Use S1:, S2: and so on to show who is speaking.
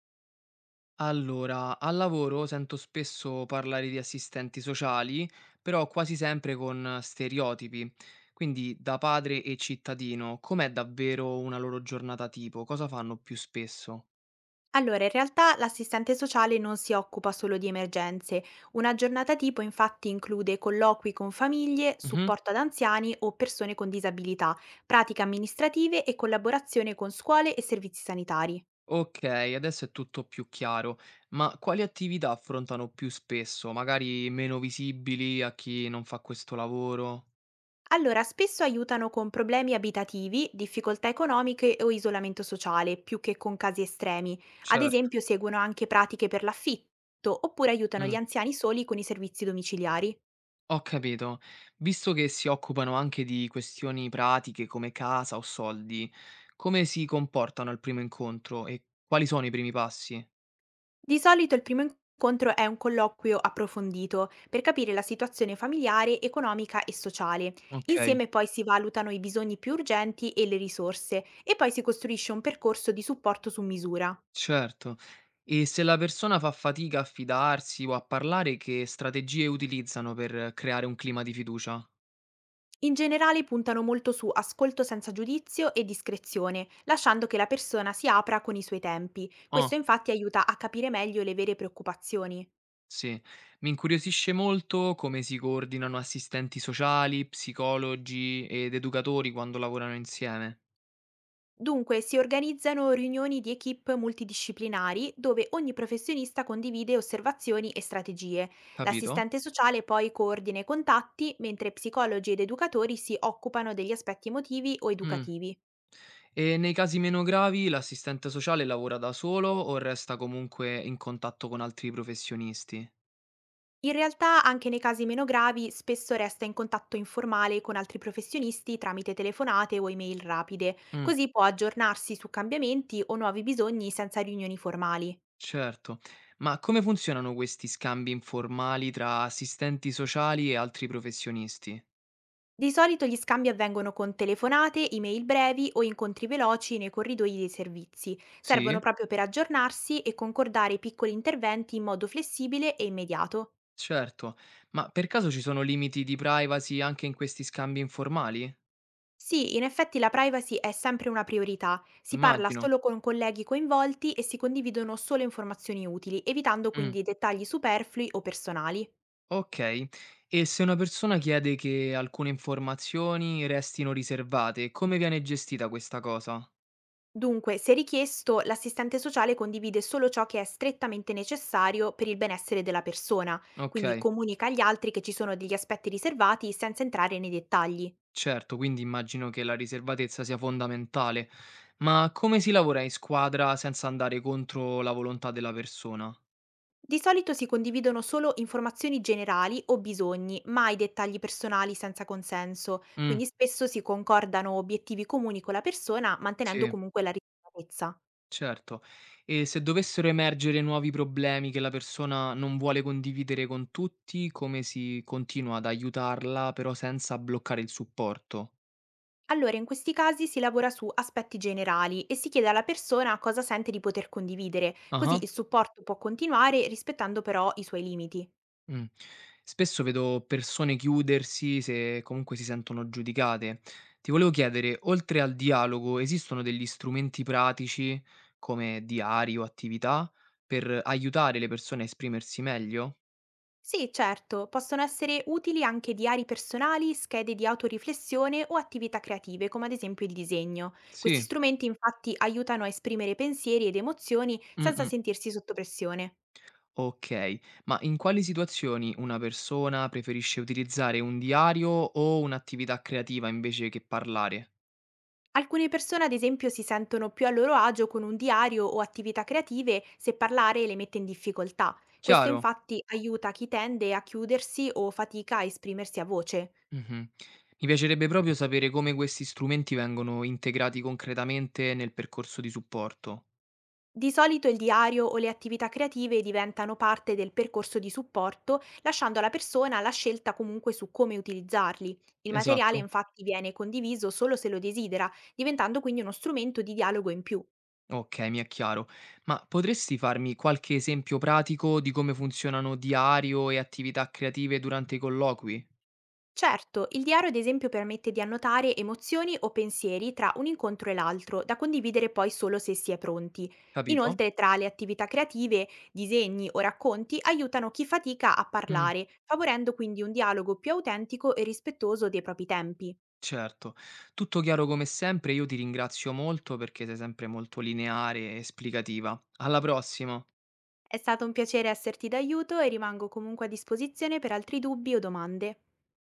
S1: Allora, al lavoro sento spesso parlare di assistenti sociali, però quasi sempre con stereotipi. Quindi, da padre e cittadino, com'è davvero una loro giornata tipo? Cosa fanno più spesso?
S2: Allora, in realtà l'assistente sociale non si occupa solo di emergenze. Una giornata tipo infatti include colloqui con famiglie,
S1: Mhm.
S2: supporto ad anziani o persone con disabilità, pratiche amministrative e collaborazione con scuole e servizi sanitari.
S1: Ok, adesso è tutto più chiaro, ma quali attività affrontano più spesso? Magari meno visibili a chi non fa questo lavoro?
S2: Allora, spesso aiutano con problemi abitativi, difficoltà economiche o isolamento sociale, più che con casi estremi. Ad
S1: Certo.
S2: esempio, seguono anche pratiche per l'affitto, oppure aiutano gli
S1: Mm.
S2: anziani soli con i servizi domiciliari.
S1: Ho capito. Visto che si occupano anche di questioni pratiche come casa o soldi, come si comportano al primo incontro e quali sono i primi passi?
S2: Di solito il primo incontro è un colloquio approfondito per capire la situazione familiare, economica e sociale.
S1: Ok,
S2: Insieme poi si valutano i bisogni più urgenti e le risorse e poi si costruisce un percorso di supporto su misura.
S1: certo. E se la persona fa fatica a fidarsi o a parlare, che strategie utilizzano per creare un clima di fiducia?
S2: In generale puntano molto su ascolto senza giudizio e discrezione, lasciando che la persona si apra con i suoi tempi. Questo
S1: Ah,
S2: infatti aiuta a capire meglio le vere preoccupazioni.
S1: sì. Mi incuriosisce molto come si coordinano assistenti sociali, psicologi ed educatori quando lavorano insieme.
S2: Dunque, si organizzano riunioni di equip multidisciplinari dove ogni professionista condivide osservazioni e strategie.
S1: Capito?
S2: L'assistente sociale poi coordina i contatti, mentre psicologi ed educatori si occupano degli aspetti emotivi o
S1: Mm.
S2: educativi.
S1: E nei casi meno gravi l'assistente sociale lavora da solo o resta comunque in contatto con altri professionisti?
S2: In realtà, anche nei casi meno gravi, spesso resta in contatto informale con altri professionisti tramite telefonate o email rapide,
S1: Mm,
S2: così può aggiornarsi su cambiamenti o nuovi bisogni senza riunioni formali.
S1: certo. Ma come funzionano questi scambi informali tra assistenti sociali e altri professionisti?
S2: Di solito gli scambi avvengono con telefonate, email brevi o incontri veloci nei corridoi dei servizi.
S1: Sì,
S2: Servono proprio per aggiornarsi e concordare i piccoli interventi in modo flessibile e immediato.
S1: certo. Ma per caso ci sono limiti di privacy anche in questi scambi informali?
S2: Sì, in effetti la privacy è sempre una priorità. Si parla
S1: Immagino.
S2: solo con colleghi coinvolti e si condividono solo informazioni utili, evitando
S1: Mm,
S2: quindi dettagli superflui o personali.
S1: ok. E se una persona chiede che alcune informazioni restino riservate, come viene gestita questa cosa?
S2: Dunque, se richiesto, l'assistente sociale condivide solo ciò che è strettamente necessario per il benessere della persona, quindi
S1: Ok.
S2: comunica agli altri che ci sono degli aspetti riservati senza entrare nei dettagli.
S1: Certo, quindi immagino che la riservatezza sia fondamentale, ma come si lavora in squadra senza andare contro la volontà della persona?
S2: Di solito si condividono solo informazioni generali o bisogni, mai dettagli personali senza consenso,
S1: Mh,
S2: quindi spesso si concordano obiettivi comuni con la persona mantenendo
S1: sì,
S2: comunque la riservatezza.
S1: certo. E se dovessero emergere nuovi problemi che la persona non vuole condividere con tutti, come si continua ad aiutarla però senza bloccare il supporto?
S2: Allora, in questi casi si lavora su aspetti generali e si chiede alla persona cosa sente di poter condividere, così
S1: Ah-ah.
S2: il supporto può continuare rispettando però i suoi limiti.
S1: Mh. Spesso vedo persone chiudersi se comunque si sentono giudicate. Ti volevo chiedere, oltre al dialogo, esistono degli strumenti pratici, come diari o attività, per aiutare le persone a esprimersi meglio?
S2: Sì, certo, possono essere utili anche diari personali, schede di autoriflessione o attività creative, come ad esempio il disegno. Questi
S1: Sì,
S2: strumenti infatti aiutano a esprimere pensieri ed emozioni senza
S1: mh-mh.
S2: sentirsi sotto pressione.
S1: Okay, ma in quali situazioni una persona preferisce utilizzare un diario o un'attività creativa invece che parlare?
S2: Alcune persone, ad esempio, si sentono più a loro agio con un diario o attività creative se parlare le mette in difficoltà. Questo
S1: Chiaro?
S2: infatti aiuta chi tende a chiudersi o fatica a esprimersi a voce.
S1: Mh-mh. Mi piacerebbe proprio sapere come questi strumenti vengono integrati concretamente nel percorso di supporto.
S2: Di solito il diario o le attività creative diventano parte del percorso di supporto, lasciando alla persona la scelta comunque su come utilizzarli. Il materiale
S1: Esatto?
S2: infatti viene condiviso solo se lo desidera, diventando quindi uno strumento di dialogo in più.
S1: Okay, mi è chiaro. Ma potresti farmi qualche esempio pratico di come funzionano diario e attività creative durante i colloqui?
S2: Certo, il diario ad esempio permette di annotare emozioni o pensieri tra un incontro e l'altro, da condividere poi solo se si è pronti.
S1: Capito?
S2: Inoltre, tra le attività creative, disegni o racconti aiutano chi fatica a
S1: Mh,
S2: parlare, favorendo quindi un dialogo più autentico e rispettoso dei propri tempi.
S1: certo. Tutto chiaro come sempre, io ti ringrazio molto perché sei sempre molto lineare e esplicativa. Alla prossima!
S2: È stato un piacere esserti d'aiuto e rimango comunque a disposizione per altri dubbi o domande.